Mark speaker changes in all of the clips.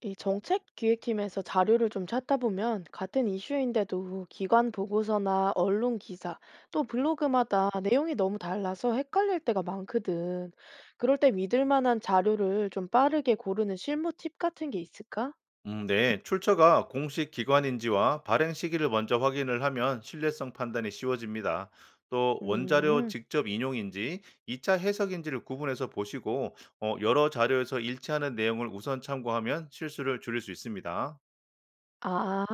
Speaker 1: 이 정책 기획팀에서 자료를 좀 찾다 보면 같은 이슈인데도 기관 보고서나 언론 기사 또 블로그마다 내용이 너무 달라서 헷갈릴 때가 많거든. 그럴 때 믿을 만한 자료를 좀 빠르게 고르는 실무 팁 같은 게 있을까?
Speaker 2: 네. 출처가 공식 기관인지와 발행 시기를 먼저 확인을 하면 신뢰성 판단이 쉬워집니다. 또 원자료
Speaker 1: 음.
Speaker 2: 직접 인용인지, 2차 해석인지를 구분해서 보시고 여러 자료에서 일치하는 내용을 우선 참고하면 실수를 줄일 수 있습니다.
Speaker 1: 아,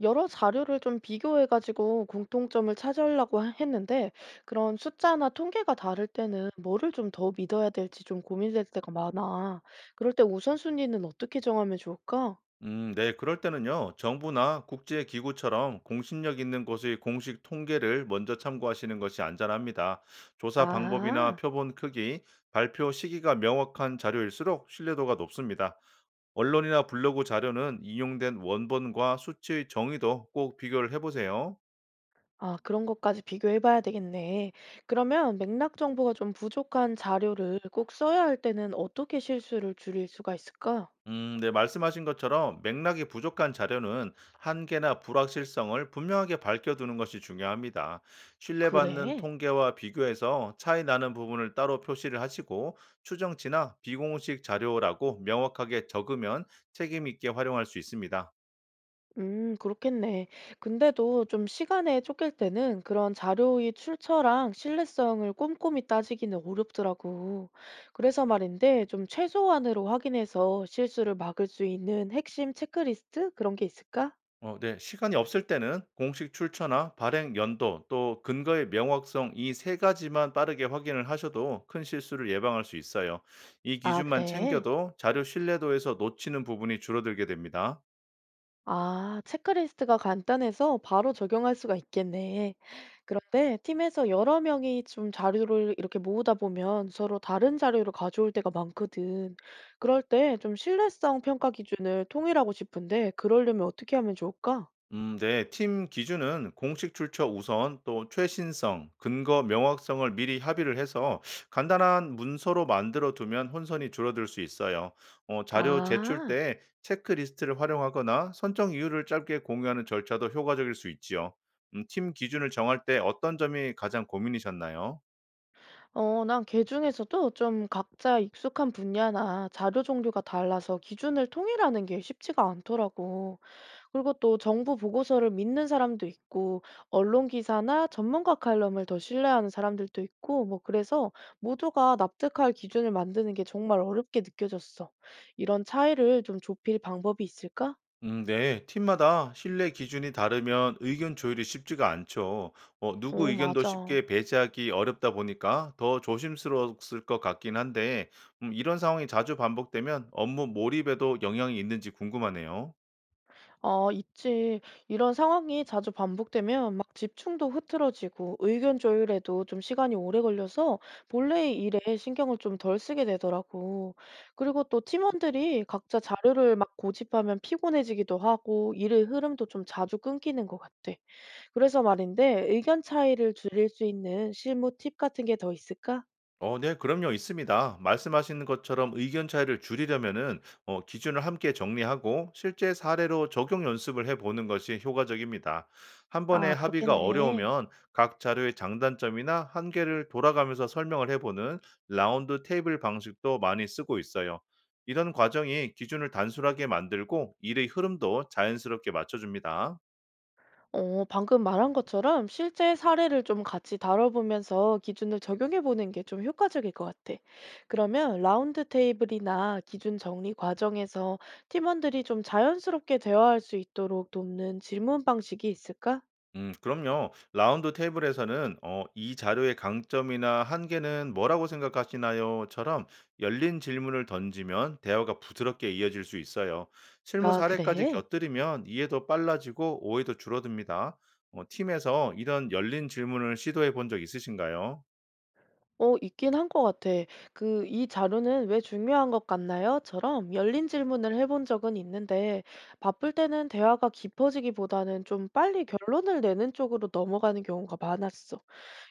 Speaker 1: 여러 자료를 좀 비교해 가지고 공통점을 찾으려고 했는데 그런 숫자나 통계가 다를 때는 뭐를 좀 더 믿어야 될지 좀 고민될 때가 많아. 그럴 때 우선순위는 어떻게 정하면 좋을까?
Speaker 2: 네. 그럴 때는요. 정부나 국제기구처럼 공신력 있는 곳의 공식 통계를 먼저 참고하시는 것이 안전합니다. 조사 방법이나
Speaker 1: 아,
Speaker 2: 표본 크기, 발표 시기가 명확한 자료일수록 신뢰도가 높습니다. 언론이나 블로그 자료는 인용된 원본과 수치의 정의도 꼭 비교를 해보세요.
Speaker 1: 아, 그런 것까지 비교해 봐야 되겠네. 그러면 맥락 정보가 좀 부족한 자료를 꼭 써야 할 때는 어떻게 실수를 줄일 수가 있을까?
Speaker 2: 네, 말씀하신 것처럼 맥락이 부족한 자료는 한계나 불확실성을 분명하게 밝혀두는 것이 중요합니다. 신뢰받는
Speaker 1: 그래.
Speaker 2: 통계와 비교해서 차이 나는 부분을 따로 표시를 하시고 추정치나 비공식 자료라고 명확하게 적으면 책임 있게 활용할 수 있습니다.
Speaker 1: 그렇겠네. 근데도 좀 시간에 쫓길 때는 그런 자료의 출처랑 신뢰성을 꼼꼼히 따지기는 어렵더라고. 그래서 말인데 좀 최소한으로 확인해서 실수를 막을 수 있는 핵심 체크리스트 그런 게 있을까?
Speaker 2: 네. 시간이 없을 때는 공식 출처나 발행 연도 또 근거의 명확성 이 세 가지만 빠르게 확인을 하셔도 큰 실수를 예방할 수 있어요. 이
Speaker 1: 아,
Speaker 2: 기준만
Speaker 1: 그래.
Speaker 2: 챙겨도 자료 신뢰도에서 놓치는 부분이 줄어들게 됩니다.
Speaker 1: 아, 체크리스트가 간단해서 바로 적용할 수가 있겠네. 그런데 팀에서 여러 명이 좀 자료를 이렇게 모으다 보면 서로 다른 자료를 가져올 때가 많거든. 그럴 때 좀 신뢰성 평가 기준을 통일하고 싶은데 그러려면 어떻게 하면 좋을까?
Speaker 2: 네. 팀 기준은 공식 출처 우선 또 최신성, 근거 명확성을 미리 합의를 해서 간단한 문서로 만들어 두면 혼선이 줄어들 수 있어요. 자료 제출
Speaker 1: 아,
Speaker 2: 때 체크리스트를 활용하거나 선정 이유를 짧게 공유하는 절차도 효과적일 수 있지요. 팀 기준을 정할 때 어떤 점이 가장 고민이셨나요?
Speaker 1: 어, 난 걔 중에서도 좀 각자 익숙한 분야나 자료 종류가 달라서 기준을 통일하는 게 쉽지가 않더라고. 그리고 또 정부 보고서를 믿는 사람도 있고, 언론 기사나 전문가 칼럼을 더 신뢰하는 사람들도 있고, 뭐 그래서 모두가 납득할 기준을 만드는 게 정말 어렵게 느껴졌어. 이런 차이를 좀 좁힐 방법이 있을까?
Speaker 2: 네. 팀마다 신뢰 기준이 다르면 의견 조율이 쉽지가 않죠.
Speaker 1: 어,
Speaker 2: 누구 의견도
Speaker 1: 맞아.
Speaker 2: 쉽게 배제하기 어렵다 보니까 더 조심스러웠을 것 같긴 한데, 이런 상황이 자주 반복되면 업무 몰입에도 영향이 있는지 궁금하네요.
Speaker 1: 아, 있지. 이런 상황이 자주 반복되면 막 집중도 흐트러지고 의견 조율에도 좀 시간이 오래 걸려서 본래의 일에 신경을 좀 덜 쓰게 되더라고. 그리고 또 팀원들이 각자 자료를 막 고집하면 피곤해지기도 하고 일의 흐름도 좀 자주 끊기는 것 같아. 그래서 말인데 의견 차이를 줄일 수 있는 실무 팁 같은 게 더 있을까?
Speaker 2: 네, 그럼요, 있습니다. 말씀하신 것처럼 의견 차이를 줄이려면은 기준을 함께 정리하고 실제 사례로 적용 연습을 해보는 것이 효과적입니다. 한 번에
Speaker 1: 아,
Speaker 2: 합의가
Speaker 1: 그렇겠네.
Speaker 2: 어려우면 각 자료의 장단점이나 한계를 돌아가면서 설명을 해보는 라운드 테이블 방식도 많이 쓰고 있어요. 이런 과정이 기준을 단순하게 만들고 일의 흐름도 자연스럽게 맞춰줍니다.
Speaker 1: 어, 방금 말한 것처럼 실제 사례를 좀 같이 다뤄보면서 기준을 적용해보는 게 좀 효과적일 것 같아. 그러면 라운드 테이블이나 기준 정리 과정에서 팀원들이 좀 자연스럽게 대화할 수 있도록 돕는 질문 방식이 있을까?
Speaker 2: 그럼요. 라운드 테이블에서는 이 자료의 강점이나 한계는 뭐라고 생각하시나요?처럼 열린 질문을 던지면 대화가 부드럽게 이어질 수 있어요. 실무
Speaker 1: 아,
Speaker 2: 사례까지
Speaker 1: 그래?
Speaker 2: 곁들이면 이해도 빨라지고 오해도 줄어듭니다. 팀에서 이런 열린 질문을 시도해 본 적 있으신가요?
Speaker 1: 어, 있긴 한 것 같아. 그, 이 자료는 왜 중요한 것 같나요? 처럼 열린 질문을 해본 적은 있는데, 바쁠 때는 대화가 깊어지기보다는 좀 빨리 결론을 내는 쪽으로 넘어가는 경우가 많았어.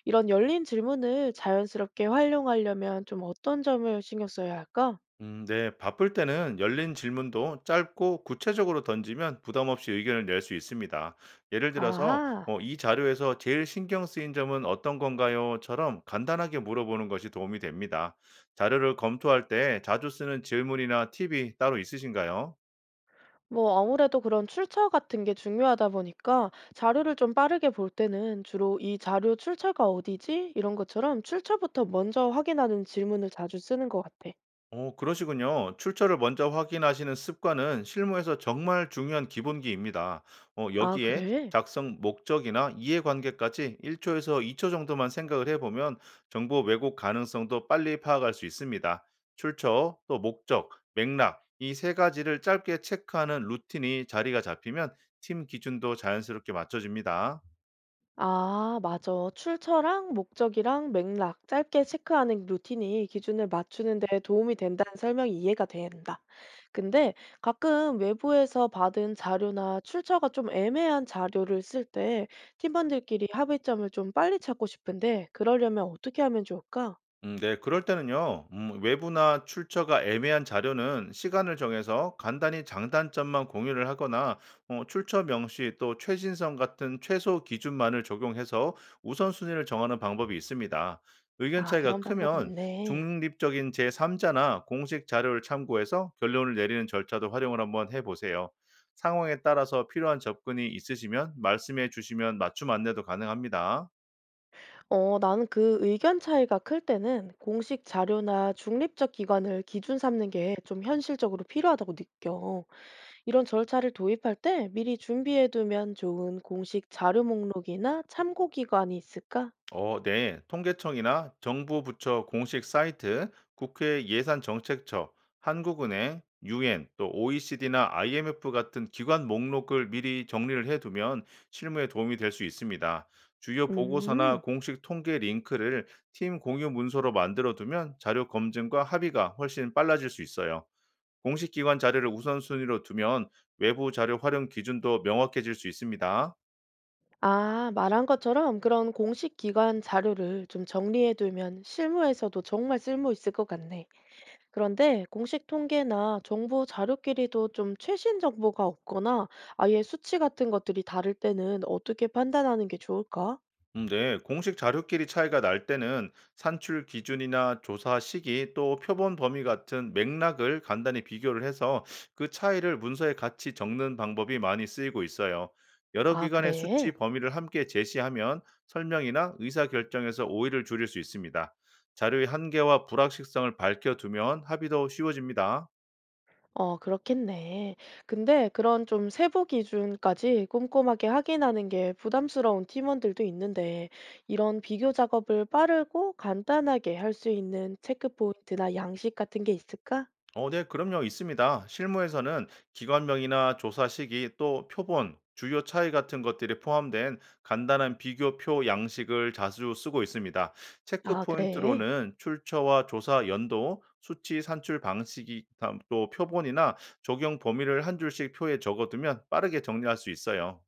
Speaker 1: 이런 열린 질문을 자연스럽게 활용하려면 좀 어떤 점을 신경 써야 할까?
Speaker 2: 네. 바쁠 때는 열린 질문도 짧고 구체적으로 던지면 부담 없이 의견을 낼 수 있습니다. 예를 들어서,
Speaker 1: 아하.
Speaker 2: 이 자료에서 제일 신경 쓰인 점은 어떤 건가요?처럼 간단하게 물어보는 것이 도움이 됩니다. 자료를 검토할 때 자주 쓰는 질문이나 팁이 따로 있으신가요?
Speaker 1: 뭐 아무래도 그런 출처 같은 게 중요하다 보니까 자료를 좀 빠르게 볼 때는 주로 이 자료 출처가 어디지? 이런 것처럼 출처부터 먼저 확인하는 질문을 자주 쓰는 것 같아.
Speaker 2: 그러시군요. 출처를 먼저 확인하시는 습관은 실무에서 정말 중요한 기본기입니다. 어,
Speaker 1: 아,
Speaker 2: 여기에
Speaker 1: 그래?
Speaker 2: 작성 목적이나 이해관계까지 1초에서 2초 정도만 생각을 해보면 정보 왜곡 가능성도 빨리 파악할 수 있습니다. 출처, 또 목적, 맥락, 이 세 가지를 짧게 체크하는 루틴이 자리가 잡히면 팀 기준도 자연스럽게 맞춰집니다.
Speaker 1: 아, 맞아. 출처랑 목적이랑 맥락 짧게 체크하는 루틴이 기준을 맞추는 데 도움이 된다는 설명이 이해가 된다. 근데 가끔 외부에서 받은 자료나 출처가 좀 애매한 자료를 쓸 때 팀원들끼리 합의점을 좀 빨리 찾고 싶은데 그러려면 어떻게 하면 좋을까?
Speaker 2: 네. 그럴 때는요. 외부나 출처가 애매한 자료는 시간을 정해서 간단히 장단점만 공유를 하거나 어 출처 명시 또 최신성 같은 최소 기준만을 적용해서 우선순위를 정하는 방법이 있습니다. 의견
Speaker 1: 아,
Speaker 2: 차이가
Speaker 1: 그런 방법이
Speaker 2: 크면
Speaker 1: 있네.
Speaker 2: 중립적인 제3자나 공식 자료를 참고해서 결론을 내리는 절차도 활용을 한번 해 보세요. 상황에 따라서 필요한 접근이 있으시면 말씀해 주시면 맞춤 안내도 가능합니다.
Speaker 1: 어, 나는 그 의견 차이가 클 때는 공식 자료나 중립적 기관을 기준 삼는 게 좀 현실적으로 필요하다고 느껴. 이런 절차를 도입할 때 미리 준비해두면 좋은 공식 자료 목록이나 참고 기관이 있을까?
Speaker 2: 네. 통계청이나 정부 부처 공식 사이트, 국회 예산정책처, 한국은행, UN, 또 OECD나 IMF 같은 기관 목록을 미리 정리를 해두면 실무에 도움이 될 수 있습니다. 주요
Speaker 1: 음,
Speaker 2: 보고서나 공식 통계 링크를 팀 공유 문서로 만들어 두면 자료 검증과 합의가 훨씬 빨라질 수 있어요. 공식 기관 자료를 우선순위로 두면 외부 자료 활용 기준도 명확해질 수 있습니다.
Speaker 1: 아, 말한 것처럼 그런 공식 기관 자료를 좀 정리해두면 실무에서도 정말 쓸모 있을 것 같네. 그런데 공식 통계나 정부 자료끼리도 좀 최신 정보가 없거나 아예 수치 같은 것들이 다를 때는 어떻게 판단하는 게 좋을까?
Speaker 2: 네, 공식 자료끼리 차이가 날 때는 산출 기준이나 조사 시기 또 표본 범위 같은 맥락을 간단히 비교를 해서 그 차이를 문서에 같이 적는 방법이 많이 쓰이고 있어요. 여러
Speaker 1: 아,
Speaker 2: 기관의 수치
Speaker 1: 그래?
Speaker 2: 범위를 함께 제시하면 설명이나 의사결정에서 오해를 줄일 수 있습니다. 자료의 한계와 불확실성을 밝혀두면 합의도 쉬워집니다.
Speaker 1: 어 그렇겠네. 근데 그런 좀 세부 기준까지 꼼꼼하게 확인하는 게 부담스러운 팀원들도 있는데 이런 비교 작업을 빠르고 간단하게 할 수 있는 체크 포인트나 양식 같은 게 있을까?
Speaker 2: 네, 그럼요. 있습니다. 실무에서는 기관명이나 조사 시기 또 표본, 주요 차이 같은 것들이 포함된 간단한 비교표 양식을 자주 쓰고 있습니다. 체크
Speaker 1: 아, 그래.
Speaker 2: 포인트로는 출처와 조사 연도, 수치 산출 방식이 다음 또 표본이나 적용 범위를 한 줄씩 표에 적어두면 빠르게 정리할 수 있어요.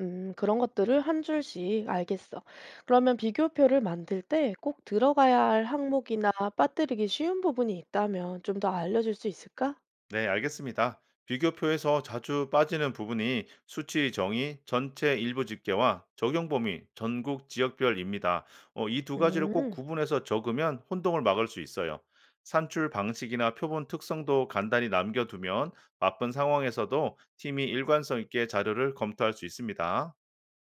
Speaker 1: 그런 것들을 한 줄씩 알겠어. 그러면 비교표를 만들 때 꼭 들어가야 할 항목이나 빠뜨리기 쉬운 부분이 있다면 좀 더 알려줄 수 있을까?
Speaker 2: 네, 알겠습니다. 비교표에서 자주 빠지는 부분이 수치 정의, 전체 일부 집계와 적용 범위, 전국 지역별입니다. 이두 가지를 꼭
Speaker 1: 음.
Speaker 2: 구분해서 적으면 혼동을 막을 수 있어요. 산출 방식이나 표본 특성도 간단히 남겨두면 바쁜 상황에서도 팀이 일관성 있게 자료를 검토할 수 있습니다.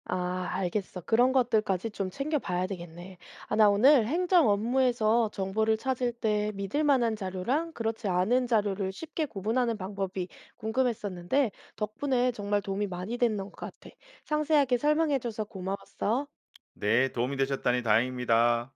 Speaker 1: 아, 알겠어. 그런 것들까지 좀 챙겨봐야 되겠네. 아, 나 오늘 행정 업무에서 정보를 찾을 때 믿을 만한 자료랑 그렇지 않은 자료를 쉽게 구분하는 방법이 궁금했었는데, 덕분에 정말 도움이 많이 됐는 것 같아. 상세하게 설명해줘서 고마웠어.
Speaker 2: 네, 도움이 되셨다니 다행입니다.